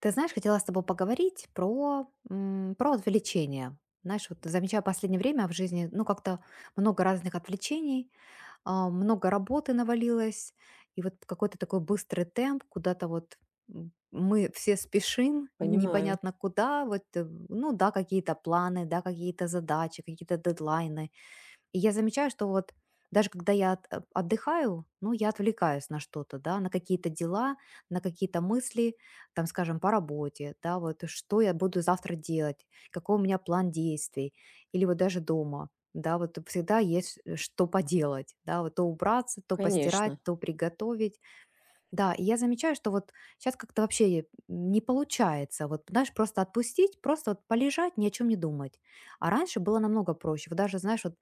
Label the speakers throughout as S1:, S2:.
S1: Ты знаешь, хотела с тобой поговорить про отвлечения. Знаешь, вот замечаю последнее время в жизни, ну, как-то много разных отвлечений, а, много работы навалилось, и вот какой-то такой быстрый темп, куда-то вот мы все спешим,
S2: Понимаю,
S1: непонятно куда, вот, ну, да, какие-то планы, да, какие-то задачи, какие-то дедлайны, и я замечаю, что вот даже когда я отдыхаю, ну, я отвлекаюсь на что-то, да, на какие-то дела, на какие-то мысли, там, скажем, по работе, да, вот что я буду завтра делать, какой у меня план действий, или вот даже дома, да, вот всегда есть что поделать, да, вот то убраться, то постирать,
S2: конечно.
S1: то приготовить, да, и я замечаю, что вот сейчас как-то вообще не получается, вот, знаешь, просто отпустить, просто вот полежать, ни о чем не думать. А раньше было намного проще. Вот даже, знаешь, вот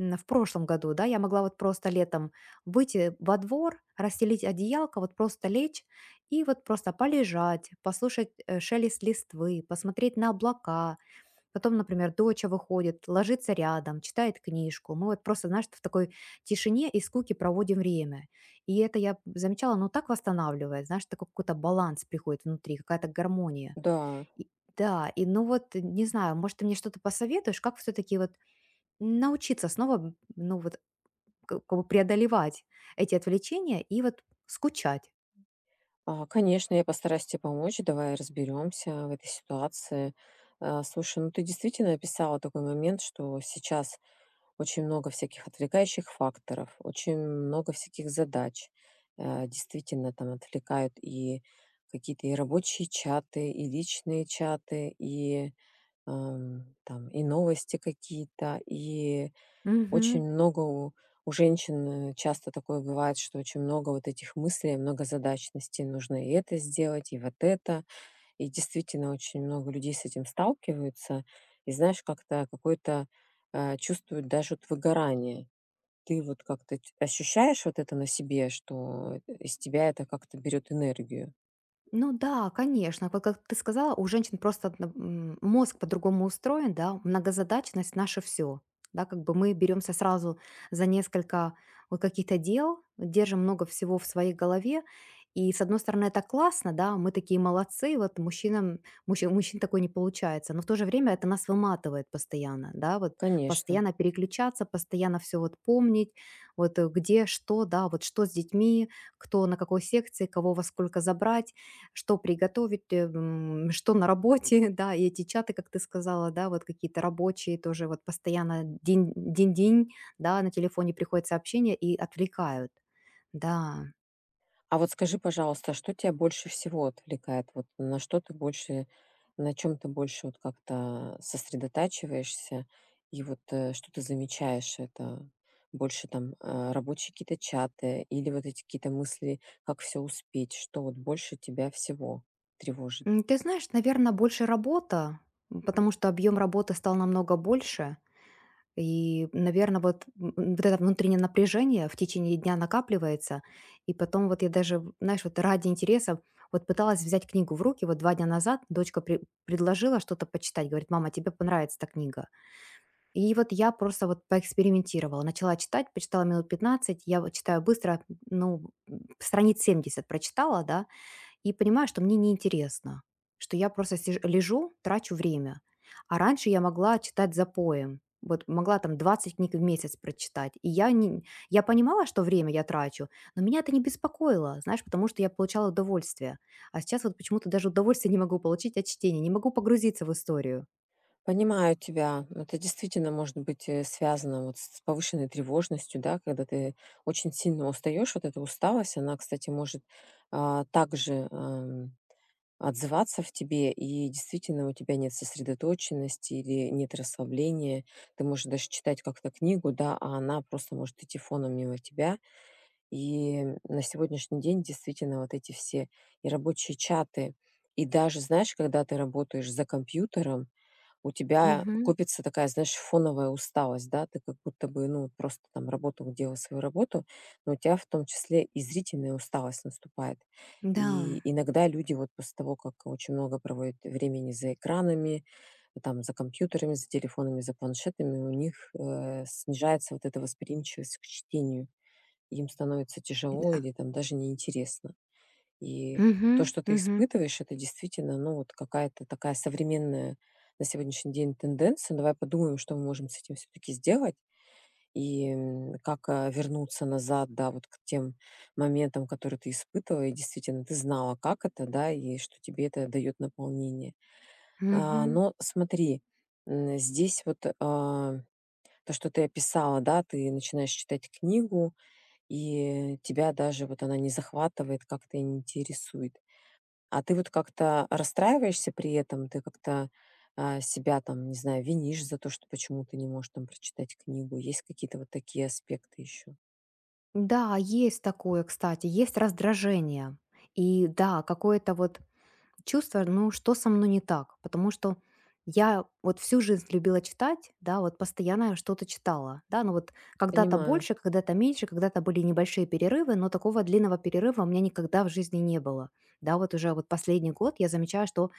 S1: В прошлом году, да, я могла вот просто летом выйти во двор, расстелить одеялко, вот просто лечь и вот просто полежать, послушать шелест листвы, посмотреть на облака. Потом, например, доча выходит, ложится рядом, читает книжку. Мы вот просто, знаешь, в такой тишине и скуке проводим время. И это я замечала, ну так восстанавливает, знаешь, такой какой-то баланс приходит внутри, какая-то гармония.
S2: Да,
S1: И- да, и ну вот, не знаю, может, ты мне что-то посоветуешь, как все-таки вот научиться снова, ну вот, как бы преодолевать эти отвлечения и вот скучать.
S2: конечно, я постараюсь тебе помочь. Давай разберемся в этой ситуации. А, слушай, ну ты действительно описала такой момент, что сейчас очень много всяких отвлекающих факторов, очень много всяких задач. Э, действительно, там отвлекают и какие-то и рабочие чаты, и личные чаты, и там и новости какие-то, и
S1: Мгм.
S2: очень много у женщин, часто такое бывает, что очень много вот этих мыслей, многозадачности. Нужно и это сделать, и вот это. И действительно очень много людей с этим сталкиваются. И знаешь, чувствуют даже вот выгорание. Ты вот как-то ть ощущаешь вот это на себе, что из тебя это как-то берет энергию?
S1: Ну да, конечно. Вот как ты сказала, у женщин просто мозг по-другому устроен, да, многозадачность наше все. Да, как бы мы беремся сразу за несколько вот каких-то дел, держим много всего в своей голове. И с одной стороны, это классно, да, мы такие молодцы, вот мужчин такое не получается, но в то же время это нас выматывает постоянно, да, вот
S2: Конечно.
S1: постоянно переключаться, постоянно все вот помнить, вот где что, да, вот что с детьми, кто на какой секции, кого во сколько забрать, что приготовить, что на работе, да, и эти чаты, как ты сказала, да, вот какие-то рабочие тоже вот постоянно день, день, день, да, на телефоне приходят сообщения и отвлекают. Да.
S2: А вот скажи, пожалуйста, что тебя больше всего отвлекает? На чем ты больше вот как-то сосредотачиваешься? И вот что ты замечаешь? Это больше там рабочие какие-то чаты или вот эти какие-то мысли, как все успеть? Что вот больше тебя всего тревожит?
S1: Ты знаешь, наверное, больше работа, потому что объем работы стал намного больше. И, наверное, вот, вот это внутреннее напряжение в течение дня накапливается, и потом вот я даже, знаешь, вот ради интереса вот пыталась взять книгу в руки, вот 2 дня назад дочка предложила что-то почитать, говорит, мама, тебе понравится эта книга. И вот я просто вот поэкспериментировала, начала читать, почитала минут 15, я вот читаю быстро, ну, страниц 70 прочитала, да, и понимаю, что мне неинтересно, что я просто лежу, трачу время. А раньше я могла читать запоем. Вот могла там 20 книг в месяц прочитать. И я, не, я понимала, что время я трачу, но меня это не беспокоило, знаешь, потому что я получала удовольствие. А сейчас вот почему-то даже удовольствие не могу получить от чтения, не могу погрузиться в историю.
S2: Понимаю тебя. Это действительно может быть связано вот с повышенной тревожностью, да, когда ты очень сильно устаешь. Вот эта усталость, она, кстати, может также отзываться в тебе, и действительно у тебя нет сосредоточенности или нет расслабления. Ты можешь даже читать как-то книгу, да, а она просто может идти фоном мимо тебя. И на сегодняшний день действительно вот эти все и рабочие чаты, и даже, знаешь, когда ты работаешь за компьютером, у тебя
S1: Мгм.
S2: копится такая, знаешь, фоновая усталость, да, ты как будто бы, ну, просто там работал, делал свою работу, но у тебя в том числе и зрительная усталость наступает.
S1: Да.
S2: И иногда люди вот после того, как очень много проводят времени за экранами, там, за компьютерами, за телефонами, за планшетами, у них снижается вот эта восприимчивость к чтению. Им становится тяжело
S1: Да.
S2: или там даже неинтересно. И
S1: Мгм.
S2: то, что ты
S1: Мгм.
S2: испытываешь, это действительно, ну, вот какая-то такая современная на сегодняшний день тенденция. Давай подумаем, что мы можем с этим все-таки сделать и как вернуться назад, да, вот к тем моментам, которые ты испытывала, и действительно ты знала, как это, да, и что тебе это дает наполнение. А,
S1: Мгм.
S2: но смотри, здесь вот то, что ты описала, да, ты начинаешь читать книгу, и тебя даже вот она не захватывает, как-то и не интересует. А ты вот как-то расстраиваешься при этом? Себя там, не знаю, винишь за то, что почему ты не можешь там прочитать книгу? Есть какие-то вот такие аспекты еще?
S1: Да, есть такое, кстати, есть раздражение. И да, какое-то вот чувство, ну что со мной не так? Потому что я вот всю жизнь любила читать, да, вот постоянно я что-то читала, да, но вот когда-то
S2: Понимаю.
S1: больше, когда-то меньше, когда-то были небольшие перерывы, но такого длинного перерыва у меня никогда в жизни не было, да, вот уже вот последний год я замечаю, что,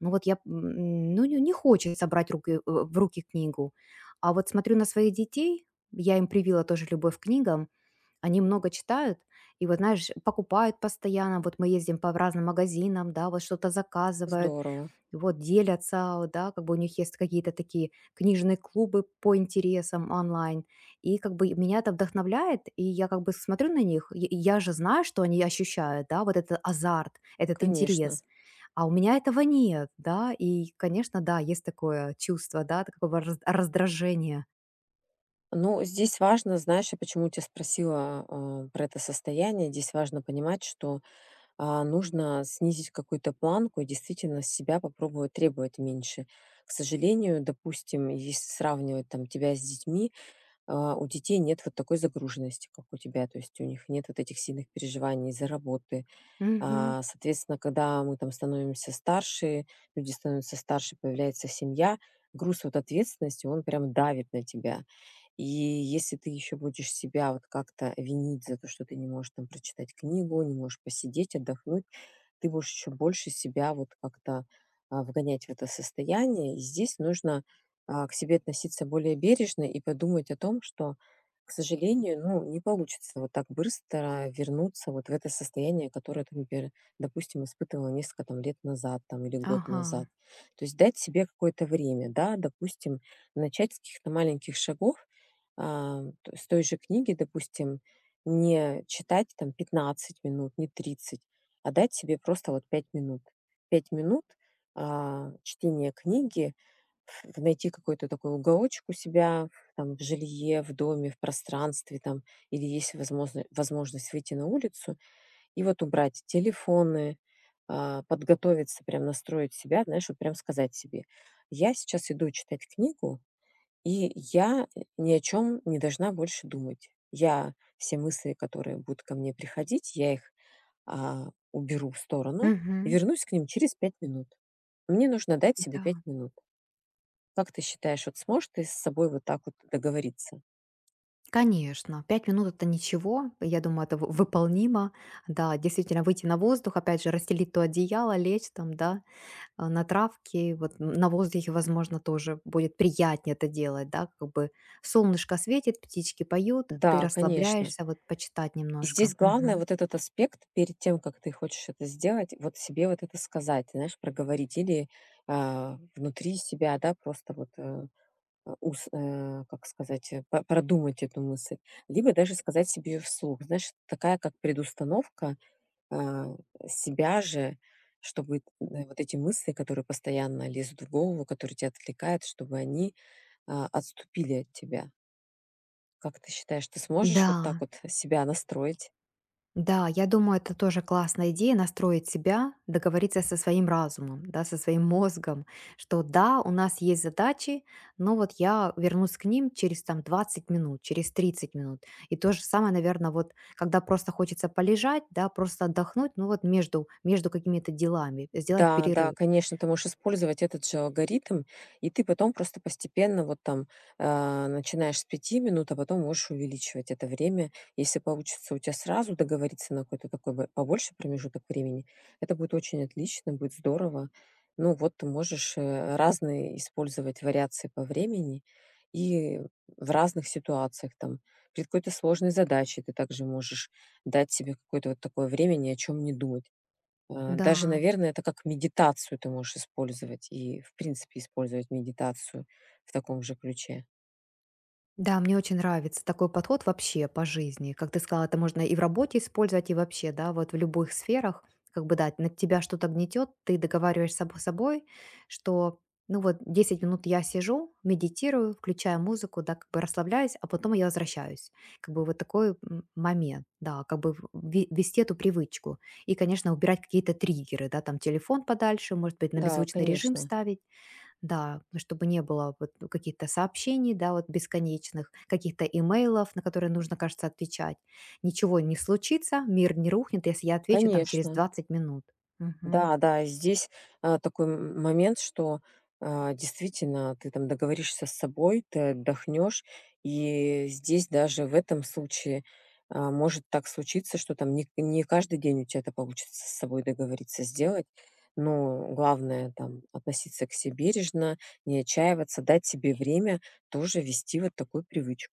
S1: ну вот я, ну не хочется брать в руки книгу, а вот смотрю на своих детей, я им привила тоже любовь к книгам, они много читают и вот, знаешь, покупают постоянно. Вот мы ездим по разным магазинам, да, вот что-то заказывают,
S2: Здорово.
S1: вот делятся, вот, да, как бы у них есть какие-то такие книжные клубы по интересам онлайн. И как бы меня это вдохновляет, и я как бы смотрю на них, и я же знаю, что они ощущают, да, вот этот азарт, этот
S2: Конечно.
S1: интерес. А у меня этого нет, да, и, конечно, да, есть такое чувство, да, такого раздражения.
S2: Ну, здесь важно, знаешь, я почему тебя спросила, про это состояние. Здесь важно понимать, что нужно снизить какую-то планку и действительно с себя попробовать требовать меньше. К сожалению, допустим, если сравнивать там тебя с детьми, у детей нет вот такой загруженности, как у тебя. То есть у них нет вот этих сильных переживаний из-за работы,
S1: Мгм.
S2: соответственно, когда мы там становимся старше, люди становятся старше, появляется семья, груз вот ответственности, он прям давит на тебя. И если ты еще будешь себя вот как-то винить за то, что ты не можешь там прочитать книгу, не можешь посидеть, отдохнуть, ты будешь еще больше себя вот как-то вгонять в это состояние. И здесь нужно к себе относиться более бережно и подумать о том, что к сожалению, ну, не получится вот так быстро вернуться вот в это состояние, которое ты, например, допустим, испытывала несколько там лет назад там, или год назад.
S1: Ага.
S2: То есть дать себе какое-то время, да, допустим, начать с каких-то маленьких шагов, с той же книги, допустим, не читать там 15 минут, не 30, а дать себе просто вот 5 минут. Пять минут чтения книги, найти какой-то такой уголочек у себя, там, в жилье, в доме, в пространстве, там, или есть возможность выйти на улицу и вот убрать телефоны, подготовиться, прям настроить себя, знаешь, вот прям сказать себе: "Я сейчас иду читать книгу, и я ни о чем не должна больше думать. Я все мысли, которые будут ко мне приходить, я их уберу в сторону и
S1: Мгм.
S2: вернусь к ним через 5 минут. Мне нужно дать себе 5
S1: Да.
S2: минут". Как ты считаешь, вот сможешь ты с собой вот так вот договориться?
S1: Конечно, 5 минут — это ничего. Я думаю, это в выполнимо. Да, действительно, выйти на воздух, опять же, расстелить то одеяло, лечь там, да, а, на травке. Вот на воздухе, возможно, тоже будет приятнее это делать, да, как бы солнышко светит, птички поют, ты
S2: Да, конечно.
S1: расслабляешься, вот почитать
S2: И
S1: немножко.
S2: здесь главное
S1: Мгм.
S2: вот этот аспект перед тем, как ты хочешь это сделать, вот себе вот это сказать, знаешь, проговорить или внутри себя, да, просто вот э, э, ус, э, как сказать, э, по- продумать эту мысль, либо даже сказать себе вслух, знаешь, такая как предустановка а, себя же, чтобы вот эти мысли, которые постоянно лезут в голову, которые тебя отвлекают, чтобы они отступили от тебя. Как ты считаешь, ты
S1: Да.
S2: сможешь вот так вот себя настроить?
S1: Да, я думаю, это тоже классная идея настроить себя, договориться со своим разумом, да, со своим мозгом, что да, у нас есть задачи, но вот я вернусь к ним через там 20 минут, через 30 минут. И то же самое, наверное, вот когда просто хочется полежать, да, просто отдохнуть, ну вот между какими-то делами, сделать
S2: Да, да,
S1: перерыв.
S2: конечно, ты можешь использовать этот же алгоритм, и ты потом просто постепенно вот там начинаешь с пяти минут, а потом можешь увеличивать это время. Если получится у тебя сразу договориться на какой-то такой побольше промежуток времени, это будет очень отлично, будет здорово. Ну вот ты можешь разные использовать вариации по времени и в разных ситуациях там. Перед какой-то сложной задачей ты также можешь дать себе какое-то вот такое время ни о чем не думать. Э,
S1: Да,
S2: даже, наверное, это как медитацию ты можешь использовать и, в принципе, использовать медитацию в таком же ключе.
S1: да, мне очень нравится такой подход вообще по жизни. Как ты сказала, это можно и в работе использовать, и вообще, да, вот в любых сферах. Как бы, да, на тебя что-то гнетет, ты договариваешься с собой, что, ну вот, 10 минут я сижу, медитирую, включаю музыку, да, как бы расслабляюсь, а потом я возвращаюсь. Как бы вот такой момент, да, как бы вести эту привычку. И, конечно, убирать какие-то триггеры, да, там телефон подальше, может быть, на
S2: Да,
S1: беззвучный режим
S2: конечно,
S1: ставить, да, ну, чтобы не было вот ну, каких-то сообщений, да, вот бесконечных, каких-то имейлов, на которые нужно, кажется, отвечать. Ничего не случится, мир не рухнет, если я отвечу там через
S2: конечно.
S1: 20 минут. Мгм.
S2: Да, да, и здесь, такой момент, что действительно, ты там договоришься с собой, ты отдохнешь. И здесь даже в этом случае, может так случиться, что там не каждый день у тебя это получится с собой договориться сделать. Но главное там относиться к себе бережно, не отчаиваться, дать себе время тоже вести вот такую привычку.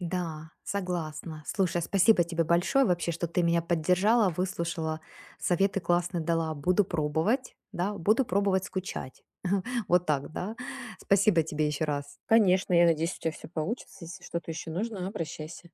S1: Да, согласна. Слушай, спасибо тебе большое вообще, что ты меня поддержала, выслушала, советы классные дала. Буду пробовать, да, буду пробовать скучать. Вот так, да. Спасибо тебе еще раз.
S2: Конечно, я надеюсь, у тебя все получится. Если что-то еще нужно, обращайся.